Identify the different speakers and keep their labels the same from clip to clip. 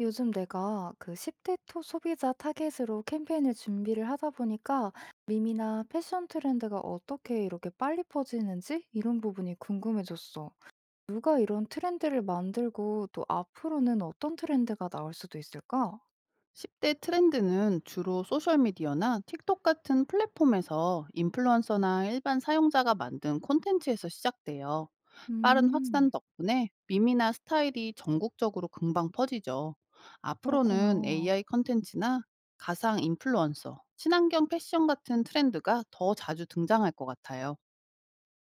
Speaker 1: 요즘 내가 그 10대 토 소비자 타겟으로 캠페인을 준비를 하다 보니까 밈이나 패션 트렌드가 어떻게 이렇게 빨리 퍼지는지 이런 부분이 궁금해졌어. 누가 이런 트렌드를 만들고 또 앞으로는 어떤 트렌드가 나올 수도 있을까?
Speaker 2: 10대 트렌드는 주로 소셜미디어나 틱톡 같은 플랫폼에서 인플루언서나 일반 사용자가 만든 콘텐츠에서 시작돼요. 빠른
Speaker 1: 음,
Speaker 2: 확산 덕분에 밈이나 스타일이 전국적으로 금방 퍼지죠. 앞으로는
Speaker 1: 그렇구나.
Speaker 2: AI 콘텐츠나 가상 인플루언서, 친환경 패션 같은 트렌드가 더 자주 등장할 것 같아요.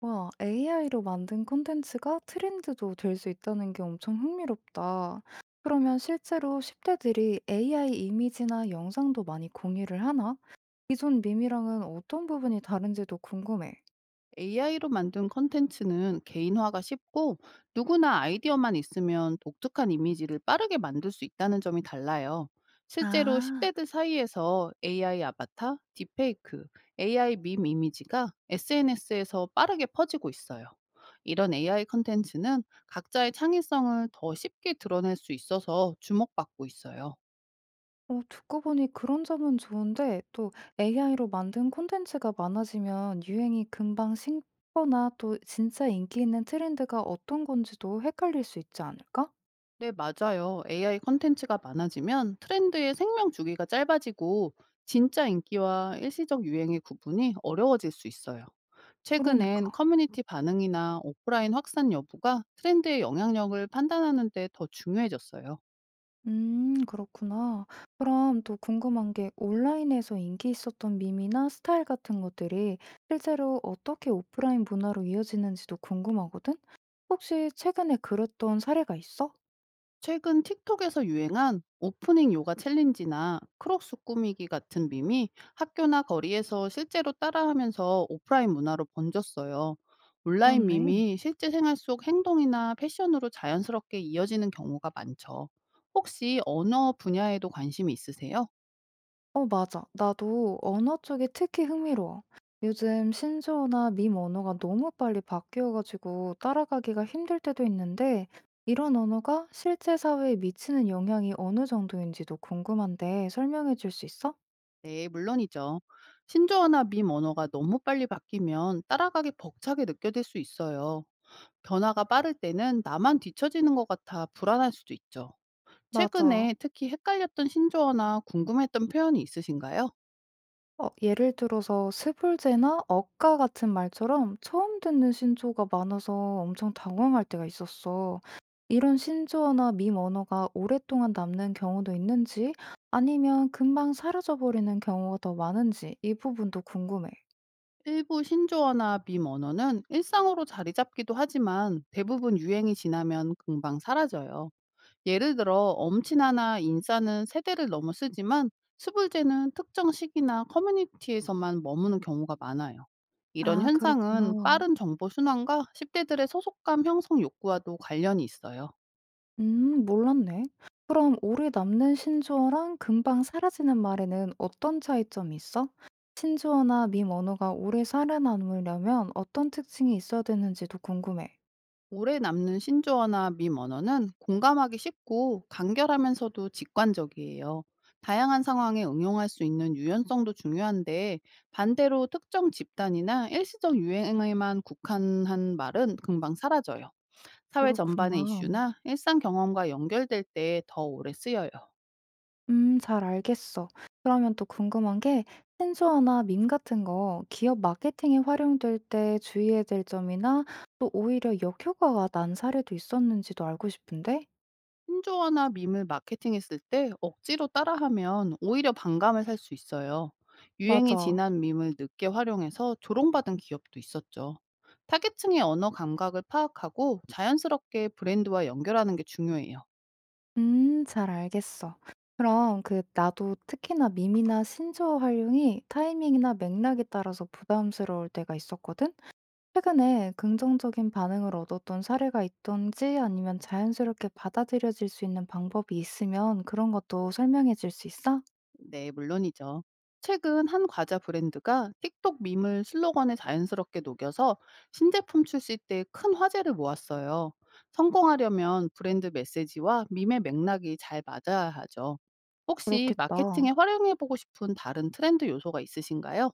Speaker 1: 와, AI로 만든 콘텐츠가 트렌드도 될 수 있다는 게 엄청 흥미롭다. 그러면 실제로 10대들이 AI 이미지나 영상도 많이 공유를 하나? 기존 밈이랑은 어떤 부분이 다른지도 궁금해.
Speaker 2: AI로 만든 콘텐츠는 개인화가 쉽고 누구나 아이디어만 있으면 독특한 이미지를 빠르게 만들 수 있다는 점이 달라요. 실제로
Speaker 1: 아,
Speaker 2: 10대들 사이에서 AI 아바타, 딥페이크, AI 밈 이미지가 SNS에서 빠르게 퍼지고 있어요. 이런 AI 콘텐츠는 각자의 창의성을 더 쉽게 드러낼 수 있어서 주목받고 있어요.
Speaker 1: 듣고 보니 그런 점은 좋은데 또 AI로 만든 콘텐츠가 많아지면 유행이 금방 식거나 또 진짜 인기 있는 트렌드가 어떤 건지도 헷갈릴 수 있지 않을까?
Speaker 2: 네, 맞아요. AI 콘텐츠가 많아지면 트렌드의 생명 주기가 짧아지고 진짜 인기와 일시적 유행의 구분이 어려워질 수 있어요. 최근엔
Speaker 1: 그러니까.
Speaker 2: 커뮤니티 반응이나 오프라인 확산 여부가 트렌드의 영향력을 판단하는 데 더 중요해졌어요.
Speaker 1: 그렇구나. 그럼 또 궁금한 게 온라인에서 인기 있었던 밈이나 스타일 같은 것들이 실제로 어떻게 오프라인 문화로 이어지는지도 궁금하거든? 혹시 최근에 그랬던 사례가 있어?
Speaker 2: 최근 틱톡에서 유행한 오프닝 요가 챌린지나 크록스 꾸미기 같은 밈이 학교나 거리에서 실제로 따라하면서 오프라인 문화로 번졌어요. 온라인
Speaker 1: 그렇네.
Speaker 2: 밈이 실제 생활 속 행동이나 패션으로 자연스럽게 이어지는 경우가 많죠. 혹시 언어 분야에도 관심이 있으세요?
Speaker 1: 어, 맞아. 나도 언어 쪽이 특히 흥미로워. 요즘 신조어나 밈 언어가 너무 빨리 바뀌어가지고 따라가기가 힘들 때도 있는데, 이런 언어가 실제 사회에 미치는 영향이 어느 정도인지도 궁금한데 설명해 줄 수 있어?
Speaker 2: 네, 물론이죠. 신조어나 밈 언어가 너무 빨리 바뀌면 따라가기 벅차게 느껴질 수 있어요. 변화가 빠를 때는 나만 뒤처지는 것 같아 불안할 수도 있죠.
Speaker 1: 맞아.
Speaker 2: 최근에 특히 헷갈렸던 신조어나 궁금했던 표현이 있으신가요?
Speaker 1: 예를 들어서 스불제나 억가 같은 말처럼 처음 듣는 신조어가 많아서 엄청 당황할 때가 있었어. 이런 신조어나 밈 언어가 오랫동안 남는 경우도 있는지 아니면 금방 사라져버리는 경우가 더 많은지 이 부분도 궁금해.
Speaker 2: 일부 신조어나 밈 언어는 일상어로 자리 잡기도 하지만 대부분 유행이 지나면 금방 사라져요. 예를 들어 엄친아나 인싸는 세대를 넘어 쓰지만 수불제는 특정 시기나 커뮤니티에서만 머무는 경우가 많아요. 이런
Speaker 1: 아,
Speaker 2: 현상은
Speaker 1: 그렇구나.
Speaker 2: 빠른 정보 순환과 십대들의 소속감 형성 욕구와도 관련이 있어요.
Speaker 1: 몰랐네. 그럼 오래 남는 신조어랑 금방 사라지는 말에는 어떤 차이점이 있어? 신조어나 밈 언어가 오래 살아남으려면 어떤 특징이 있어야 되는지도 궁금해.
Speaker 2: 오래 남는 신조어나 밈 언어는 공감하기 쉽고 간결하면서도 직관적이에요. 다양한 상황에 응용할 수 있는 유연성도 중요한데 반대로 특정 집단이나 일시적 유행에만 국한한 말은 금방 사라져요. 사회 전반의
Speaker 1: 그렇구나.
Speaker 2: 이슈나 일상 경험과 연결될 때 더 오래 쓰여요.
Speaker 1: 잘 알겠어. 그러면 또 궁금한 게 신조어나 밈 같은 거 기업 마케팅에 활용될 때 주의해야 될 점이나 또 오히려 역효과가 난 사례도 있었는지도 알고 싶은데?
Speaker 2: 신조어나 밈을 마케팅했을 때 억지로 따라하면 오히려 반감을 살 수 있어요. 유행이
Speaker 1: 맞아.
Speaker 2: 지난 밈을 늦게 활용해서 조롱받은 기업도 있었죠. 타겟층의 언어 감각을 파악하고 자연스럽게 브랜드와 연결하는 게 중요해요.
Speaker 1: 잘 알겠어. 그럼 그 나도 특히나 밈이나 신조어 활용이 타이밍이나 맥락에 따라서 부담스러울 때가 있었거든? 최근에 긍정적인 반응을 얻었던 사례가 있던지 아니면 자연스럽게 받아들여질 수 있는 방법이 있으면 그런 것도 설명해 줄 수 있어?
Speaker 2: 네, 물론이죠. 최근 한 과자 브랜드가 틱톡 밈을 슬로건에 자연스럽게 녹여서 신제품 출시 때 큰 화제를 모았어요. 성공하려면 브랜드 메시지와 밈의 맥락이 잘 맞아야 하죠. 혹시
Speaker 1: 그렇겠다.
Speaker 2: 마케팅에 활용해보고 싶은 다른 트렌드 요소가 있으신가요?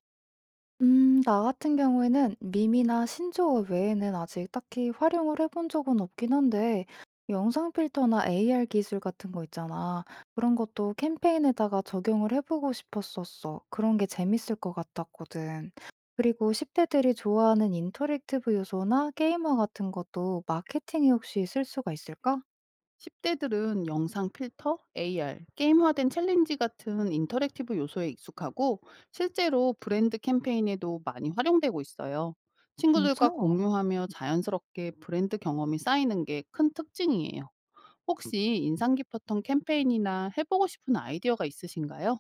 Speaker 1: 나 같은 경우에는 밈이나 신조어 외에는 아직 딱히 활용을 해본 적은 없긴 한데, 영상 필터나 AR 기술 같은 거 있잖아. 그런 것도 캠페인에다가 적용을 해보고 싶었었어. 그런 게 재밌을 것 같았거든. 그리고 10대들이 좋아하는 인터랙티브 요소나 게이머 같은 것도 마케팅에 혹시 쓸 수가 있을까?
Speaker 2: 10대들은 영상 필터, AR, 게임화된 챌린지 같은 인터랙티브 요소에 익숙하고 실제로 브랜드 캠페인에도 많이 활용되고 있어요. 친구들과
Speaker 1: 괜찮아.
Speaker 2: 공유하며 자연스럽게 브랜드 경험이 쌓이는 게 큰 특징이에요. 혹시 인상 깊었던 캠페인이나 해보고 싶은 아이디어가 있으신가요?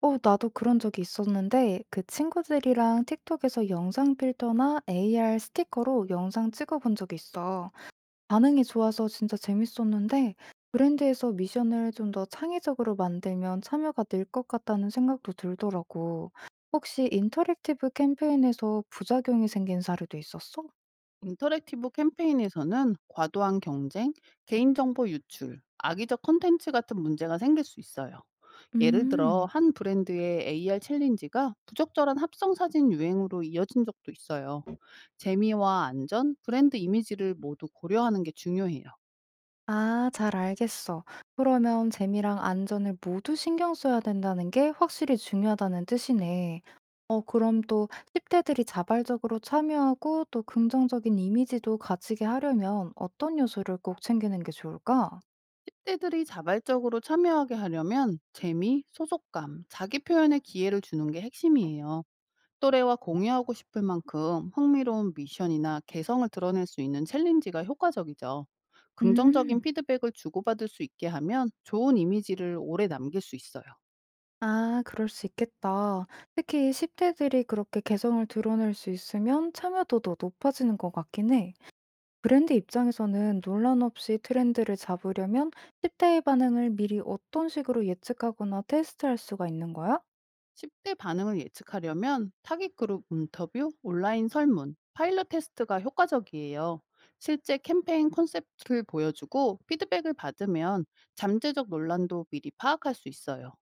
Speaker 1: 어 나도 그런 적이 있었는데 그 친구들이랑 틱톡에서 영상 필터나 AR 스티커로 영상 찍어 본 적이 있어. 반응이 좋아서 진짜 재밌었는데 브랜드에서 미션을 좀 더 창의적으로 만들면 참여가 늘 것 같다는 생각도 들더라고. 혹시 인터랙티브 캠페인에서 부작용이 생긴 사례도 있었어?
Speaker 2: 인터랙티브 캠페인에서는 과도한 경쟁, 개인정보 유출, 악의적 콘텐츠 같은 문제가 생길 수 있어요. 예를 들어
Speaker 1: 음.
Speaker 2: 한 브랜드의 AR 챌린지가 부적절한 합성 사진 유행으로 이어진 적도 있어요. 재미와 안전, 브랜드 이미지를 모두 고려하는 게 중요해요.
Speaker 1: 아, 잘 알겠어. 그러면 재미랑 안전을 모두 신경 써야 된다는 게 확실히 중요하다는 뜻이네. 그럼 또 10대들이 자발적으로 참여하고 또 긍정적인 이미지도 가지게 하려면 어떤 요소를 꼭 챙기는 게 좋을까?
Speaker 2: 1대들이 자발적으로 참여하게 하려면 재미, 소속감, 자기 표현의 기회를 주는 게 핵심이에요. 또래와 공유하고 싶을 만큼 흥미로운 미션이나 개성을 드러낼 수 있는 챌린지가 효과적이죠. 긍정적인
Speaker 1: 음,
Speaker 2: 피드백을 주고받을 수 있게 하면 좋은 이미지를 오래 남길 수 있어요.
Speaker 1: 아, 그럴 수 있겠다. 특히 10대들이 그렇게 개성을 드러낼 수 있으면 참여도도 높아지는 것 같긴 해. 브랜드 입장에서는 논란 없이 트렌드를 잡으려면 10대의 반응을 미리 어떤 식으로 예측하거나 테스트할 수가 있는 거야?
Speaker 2: 10대 반응을 예측하려면 타깃 그룹 인터뷰, 온라인 설문, 파일럿 테스트가 효과적이에요. 실제 캠페인 콘셉트를 보여주고 피드백을 받으면 잠재적 논란도 미리 파악할 수 있어요.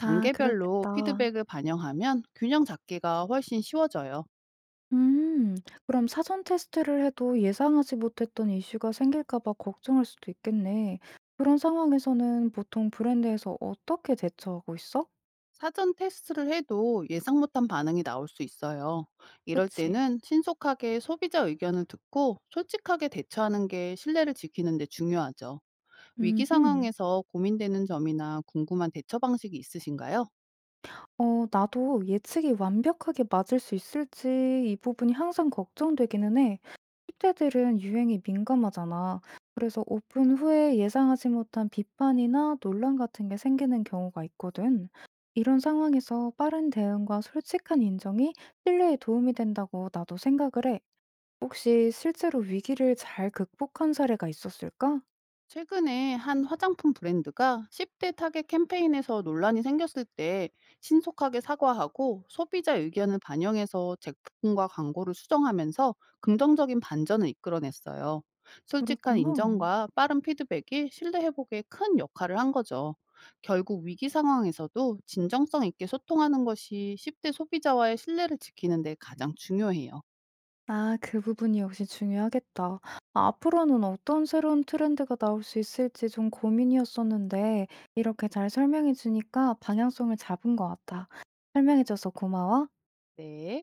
Speaker 1: 아, 그렇겠다.
Speaker 2: 피드백을 반영하면 균형 잡기가 훨씬 쉬워져요.
Speaker 1: 음, 그럼 사전 테스트를 해도 예상하지 못했던 이슈가 생길까 봐 걱정할 수도 있겠네. 그런 상황에서는 보통 브랜드에서 어떻게 대처하고 있어?
Speaker 2: 사전 테스트를 해도 예상 못한 반응이 나올 수 있어요. 이럴
Speaker 1: 그치?
Speaker 2: 때는 신속하게 소비자 의견을 듣고 솔직하게 대처하는 게 신뢰를 지키는 데 중요하죠. 위기
Speaker 1: 음흠.
Speaker 2: 상황에서 고민되는 점이나 궁금한 대처 방식이 있으신가요?
Speaker 1: 나도 예측이 완벽하게 맞을 수 있을지 이 부분이 항상 걱정되기는 해. 10대들은 유행에 민감하잖아. 그래서 오픈 후에 예상하지 못한 비판이나 논란 같은 게 생기는 경우가 있거든. 이런 상황에서 빠른 대응과 솔직한 인정이 신뢰에 도움이 된다고 나도 생각을 해. 혹시 실제로 위기를 잘 극복한 사례가 있었을까?
Speaker 2: 최근에 한 화장품 브랜드가 10대 타겟 캠페인에서 논란이 생겼을 때 신속하게 사과하고 소비자 의견을 반영해서 제품과 광고를 수정하면서 긍정적인 반전을 이끌어냈어요. 솔직한
Speaker 1: 그랬구나.
Speaker 2: 인정과 빠른 피드백이 신뢰 회복에 큰 역할을 한 거죠. 결국 위기 상황에서도 진정성 있게 소통하는 것이 10대 소비자와의 신뢰를 지키는 데 가장 중요해요.
Speaker 1: 아, 그 부분이 역시 중요하겠다. 아, 앞으로는 어떤 새로운 트렌드가 나올 수 있을지 좀 고민이었었는데, 이렇게 잘 설명해 주니까 방향성을 잡은 것 같아. 설명해 줘서 고마워.
Speaker 2: 네.